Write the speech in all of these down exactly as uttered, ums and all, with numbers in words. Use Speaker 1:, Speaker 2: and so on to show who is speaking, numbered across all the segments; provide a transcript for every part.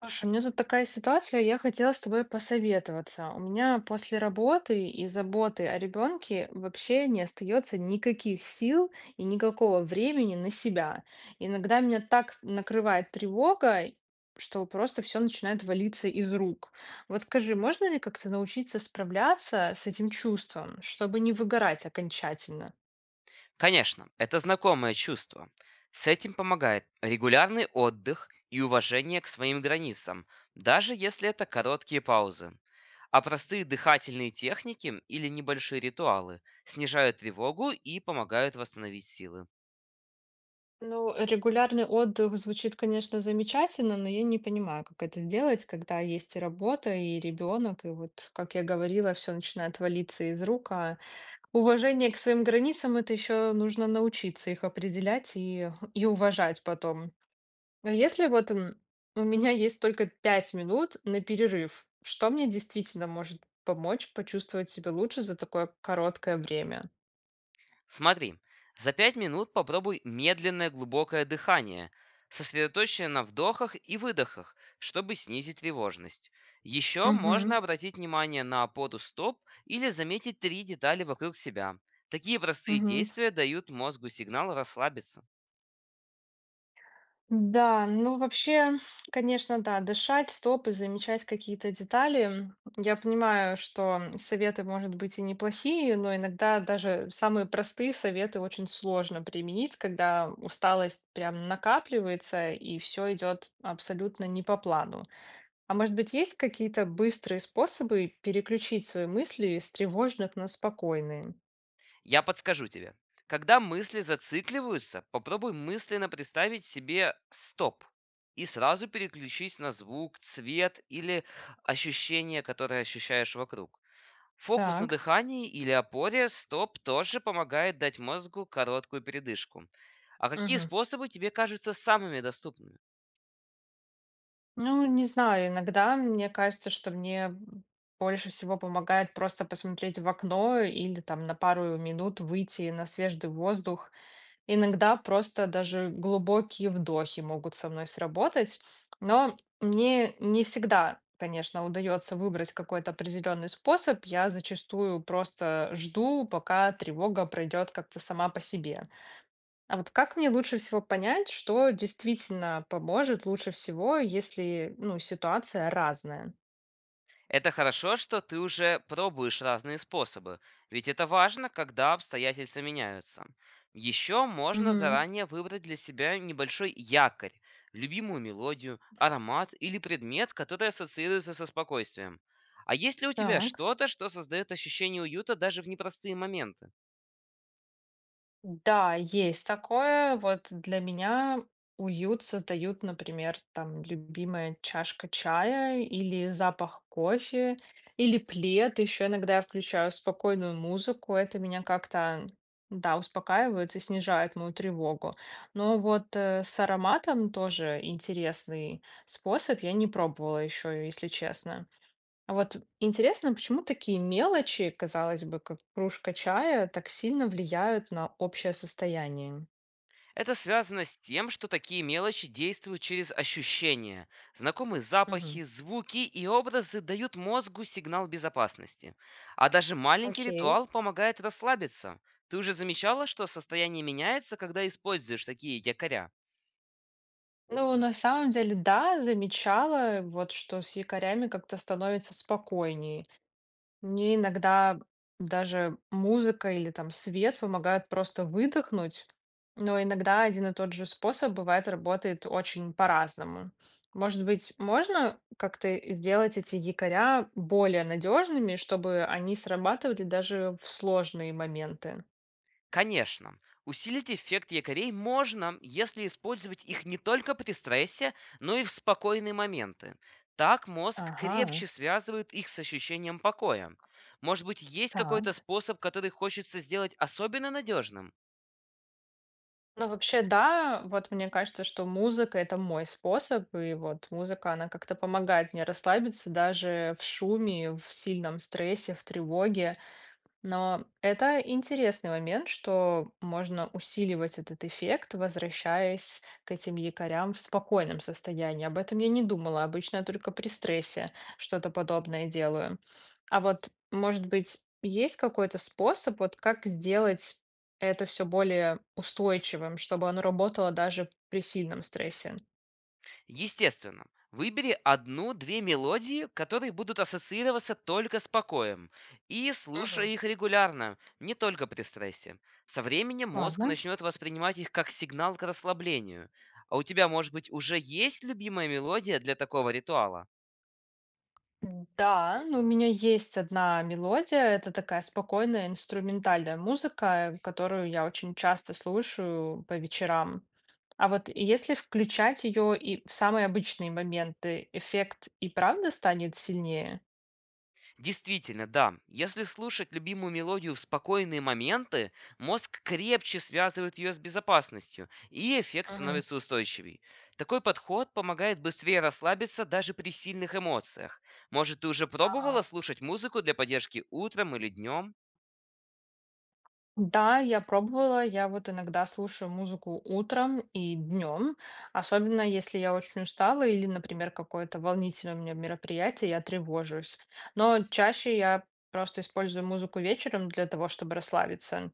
Speaker 1: Слушай, у меня тут такая ситуация, я хотела с тобой посоветоваться. У меня после работы и заботы о ребенке вообще не остается никаких сил и никакого времени на себя. Иногда меня так накрывает тревога, что просто все начинает валиться из рук. Вот скажи, можно ли как-то научиться справляться с этим чувством, чтобы не выгорать окончательно?
Speaker 2: Конечно, это знакомое чувство. С этим помогает регулярный отдых и уважение к своим границам, даже если это короткие паузы. А простые дыхательные техники или небольшие ритуалы снижают тревогу и помогают восстановить силы.
Speaker 1: Ну, регулярный отдых звучит, конечно, замечательно, но я не понимаю, как это сделать, когда есть и работа, и ребенок, и вот, как я говорила, все начинает валиться из рук. А уважение к своим границам это еще нужно научиться их определять и, и уважать потом. А если вот м, у меня есть только пять минут на перерыв, что мне действительно может помочь почувствовать себя лучше за такое короткое время?
Speaker 2: Смотри, за пять минут попробуй медленное глубокое дыхание, сосредоточенное на вдохах и выдохах, чтобы снизить тревожность. Еще можно
Speaker 1: Угу,
Speaker 2: обратить внимание на опору стоп или заметить три детали вокруг себя. Такие простые
Speaker 1: угу.
Speaker 2: действия дают мозгу сигнал расслабиться.
Speaker 1: Да, ну вообще, конечно, да, дышать, стоп и замечать какие-то детали. Я понимаю, что советы, может быть, и неплохие, но иногда даже самые простые советы очень сложно применить, когда усталость прям накапливается и все идет абсолютно не по плану. А может быть, есть какие-то быстрые способы переключить свои мысли с тревожных на спокойные?
Speaker 2: Я подскажу тебе. Когда мысли зацикливаются, попробуй мысленно представить себе стоп и сразу переключись на звук, цвет или ощущение, которое ощущаешь вокруг. Фокус на
Speaker 1: Так.
Speaker 2: дыхании или опоре стоп тоже помогает дать мозгу короткую передышку. А какие способы тебе кажутся самыми доступными?
Speaker 1: Ну, не знаю, иногда мне кажется, что мне больше всего помогает просто посмотреть в окно или там на пару минут выйти на свежий воздух. Иногда просто даже глубокие вдохи могут со мной сработать, но мне не всегда, конечно, удается выбрать какой-то определенный способ. Я зачастую просто жду, пока тревога пройдет как-то сама по себе. А вот как мне лучше всего понять, что действительно поможет лучше всего, если, ну, ситуация разная?
Speaker 2: Это хорошо, что ты уже пробуешь разные способы, ведь это важно, когда обстоятельства меняются. Еще можно
Speaker 1: Мгм.
Speaker 2: заранее выбрать для себя небольшой якорь, любимую мелодию, аромат или предмет, который ассоциируется со спокойствием. А есть ли у тебя
Speaker 1: Так.
Speaker 2: что-то, что создает ощущение уюта даже в непростые моменты?
Speaker 1: Да, есть такое. Вот для меня уют создают, например, там любимая чашка чая или запах кофе, или плед. Еще иногда я включаю спокойную музыку. Это меня как-то, да, успокаивает и снижает мою тревогу. Но вот э, с ароматом тоже интересный способ. Я не пробовала еще, если честно. А вот интересно, почему такие мелочи, казалось бы, как кружка чая, так сильно влияют на общее состояние?
Speaker 2: Это связано с тем, что такие мелочи действуют через ощущения. Знакомые
Speaker 1: Мгм.
Speaker 2: запахи, звуки и образы дают мозгу сигнал безопасности. А даже маленький
Speaker 1: Окей.
Speaker 2: ритуал помогает расслабиться. Ты уже замечала, что состояние меняется, когда используешь такие якоря?
Speaker 1: Ну, на самом деле, да, замечала, вот что с якорями как-то становится спокойнее. Мне иногда даже музыка или там свет помогают просто выдохнуть, но иногда один и тот же способ бывает работает очень по-разному. Может быть, можно как-то сделать эти якоря более надежными, чтобы они срабатывали даже в сложные моменты?
Speaker 2: Конечно, усилить эффект якорей можно, если использовать их не только при стрессе, но и в спокойные моменты. Так мозг
Speaker 1: Ага,
Speaker 2: крепче связывает их с ощущением покоя. Может быть, есть какой-то
Speaker 1: так.
Speaker 2: способ, который хочется сделать особенно надежным?
Speaker 1: Ну, вообще, да, вот мне кажется, что музыка это мой способ, и вот музыка, она как-то помогает мне расслабиться даже в шуме, в сильном стрессе, в тревоге. Но это интересный момент, что можно усиливать этот эффект, возвращаясь к этим якорям в спокойном состоянии. Об этом я не думала. Обычно я только при стрессе что-то подобное делаю. А вот, может быть, есть какой-то способ, вот как сделать это все более устойчивым, чтобы оно работало даже при сильном стрессе?
Speaker 2: Естественно, выбери одну-две мелодии, которые будут ассоциироваться только с покоем, и
Speaker 1: Мгм.
Speaker 2: слушай их регулярно, не только при стрессе. Со временем мозг
Speaker 1: Ладно.
Speaker 2: начнет воспринимать их как сигнал к расслаблению. А у тебя, может быть, уже есть любимая мелодия для такого ритуала?
Speaker 1: Да, ну, у меня есть одна мелодия. Это такая спокойная инструментальная музыка, которую я очень часто слушаю по вечерам. А вот если включать ее и в самые обычные моменты, эффект и правда станет сильнее?
Speaker 2: Действительно, да. Если слушать любимую мелодию в спокойные моменты, мозг крепче связывает ее с безопасностью, и эффект
Speaker 1: Мгм.
Speaker 2: становится устойчивей. Такой подход помогает быстрее расслабиться даже при сильных эмоциях. Может, ты уже пробовала
Speaker 1: Ага.
Speaker 2: слушать музыку для поддержки утром или днем?
Speaker 1: Да, я пробовала. Я вот иногда слушаю музыку утром и днем, особенно если я очень устала или, например, какое-то волнительное у меня мероприятие, я тревожусь. Но чаще я просто использую музыку вечером для того, чтобы расслабиться.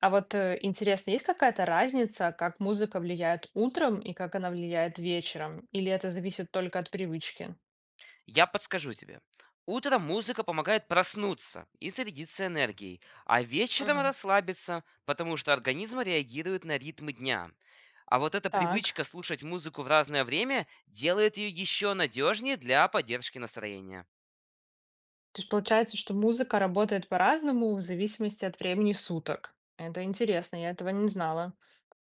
Speaker 1: А вот э, интересно, есть какая-то разница, как музыка влияет утром и как она влияет вечером? Или это зависит только от привычки?
Speaker 2: Я подскажу тебе. Утром музыка помогает проснуться и зарядиться энергией, а вечером
Speaker 1: Мгм.
Speaker 2: расслабиться, потому что организм реагирует на ритмы дня. А вот эта
Speaker 1: Так.
Speaker 2: привычка слушать музыку в разное время делает ее еще надежнее для поддержки настроения.
Speaker 1: То есть получается, что музыка работает по-разному в зависимости от времени суток. Это интересно, я этого не знала.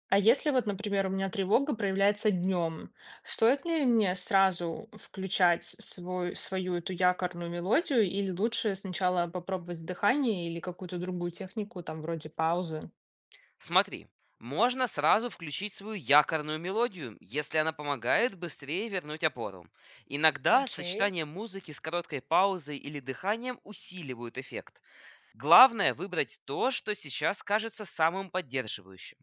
Speaker 1: А если вот, например, у меня тревога проявляется днем, стоит ли мне сразу включать свой, свою эту якорную мелодию или лучше сначала попробовать дыхание или какую-то другую технику, там вроде паузы?
Speaker 2: Смотри, можно сразу включить свою якорную мелодию, если она помогает быстрее вернуть опору. Иногда
Speaker 1: Окей.
Speaker 2: сочетание музыки с короткой паузой или дыханием усиливают эффект. Главное выбрать то, что сейчас кажется самым поддерживающим.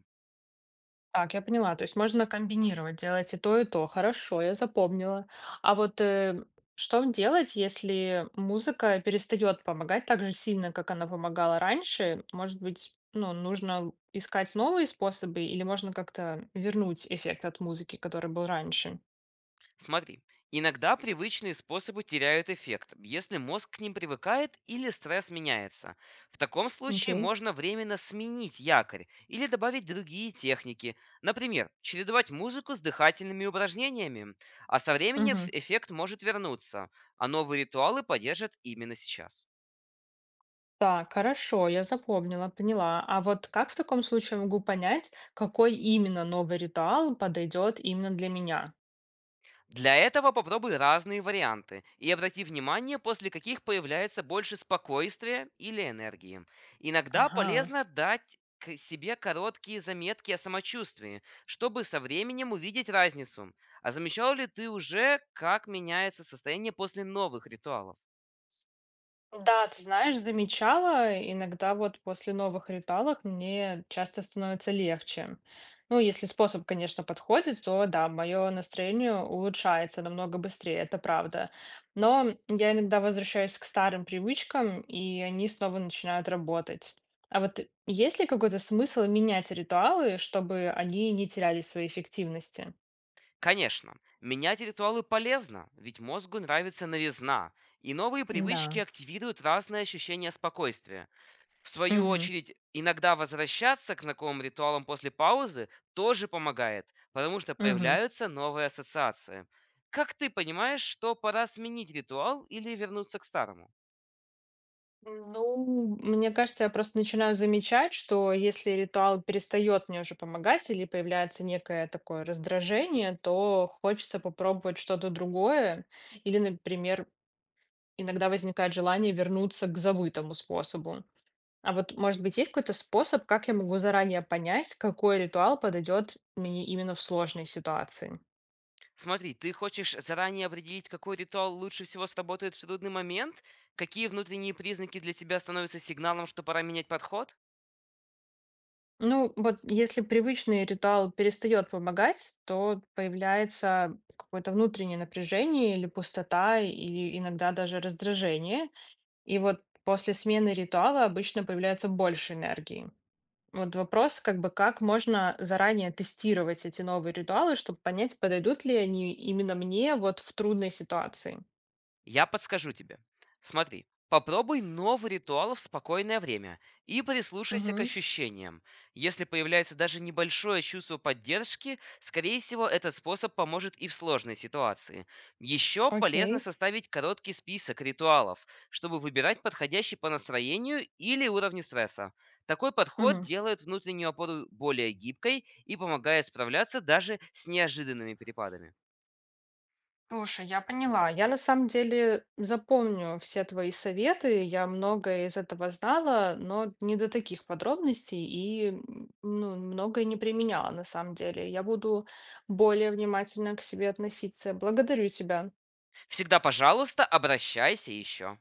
Speaker 1: Так, я поняла. То есть можно комбинировать, делать и то, и то. Хорошо, я запомнила. А вот э, что делать, если музыка перестает помогать так же сильно, как она помогала раньше? Может быть, ну, нужно искать новые способы, или можно как-то вернуть эффект от музыки, который был раньше?
Speaker 2: Смотри, иногда привычные способы теряют эффект, если мозг к ним привыкает или стресс меняется. В таком случае
Speaker 1: Окей.
Speaker 2: можно временно сменить якорь или добавить другие техники. Например, чередовать музыку с дыхательными упражнениями. А со временем
Speaker 1: Мгм.
Speaker 2: эффект может вернуться, а новые ритуалы поддержат именно сейчас.
Speaker 1: Так, хорошо, я запомнила, поняла. А вот как в таком случае могу понять, какой именно новый ритуал подойдет именно для меня?
Speaker 2: Для этого попробуй разные варианты и обрати внимание, после каких появляется больше спокойствия или энергии. Иногда
Speaker 1: Ага.
Speaker 2: полезно дать к себе короткие заметки о самочувствии, чтобы со временем увидеть разницу. А замечал ли ты уже, как меняется состояние после новых ритуалов?
Speaker 1: Да, ты знаешь, замечала, иногда вот после новых ритуалов мне часто становится легче. Ну, если способ, конечно, подходит, то да, мое настроение улучшается намного быстрее, это правда. Но я иногда возвращаюсь к старым привычкам, и они снова начинают работать. А вот есть ли какой-то смысл менять ритуалы, чтобы они не теряли своей эффективности?
Speaker 2: Конечно, менять ритуалы полезно, ведь мозгу нравится новизна, и новые привычки
Speaker 1: Да.
Speaker 2: активируют разные ощущения спокойствия. В свою
Speaker 1: Угу.
Speaker 2: очередь, иногда возвращаться к знакомым ритуалам после паузы тоже помогает, потому что появляются новые ассоциации. Как ты понимаешь, что пора сменить ритуал или вернуться к старому?
Speaker 1: Ну, мне кажется, я просто начинаю замечать, что если ритуал перестает мне уже помогать или появляется некое такое раздражение, то хочется попробовать что-то другое. Или, например, иногда возникает желание вернуться к забытому способу. А вот, может быть, есть какой-то способ, как я могу заранее понять, какой ритуал подойдет мне именно в сложной ситуации?
Speaker 2: Смотри, ты хочешь заранее определить, какой ритуал лучше всего сработает в трудный момент? Какие внутренние признаки для тебя становятся сигналом, что пора менять подход?
Speaker 1: Ну, вот если привычный ритуал перестает помогать, то появляется какое-то внутреннее напряжение или пустота, или иногда даже раздражение. И вот после смены ритуала обычно появляется больше энергии. Вот вопрос, как бы, как можно заранее тестировать эти новые ритуалы, чтобы понять, подойдут ли они именно мне вот в трудной ситуации.
Speaker 2: Я подскажу тебе. Смотри, попробуй новый ритуал в спокойное время и прислушайся к
Speaker 1: Мгм.
Speaker 2: ощущениям. Если появляется даже небольшое чувство поддержки, скорее всего, этот способ поможет и в сложной ситуации. Еще полезно
Speaker 1: Окей.
Speaker 2: составить короткий список ритуалов, чтобы выбирать подходящий по настроению или уровню стресса. Такой подход
Speaker 1: Мгм.
Speaker 2: делает внутреннюю опору более гибкой и помогает справляться даже с неожиданными перепадами.
Speaker 1: Слушай, я поняла. Я на самом деле запомню все твои советы. Я многое из этого знала, но не до таких подробностей и м, ну, многое не применяла на самом деле. Я буду более внимательно к себе относиться. Благодарю тебя.
Speaker 2: Всегда, пожалуйста, обращайся еще.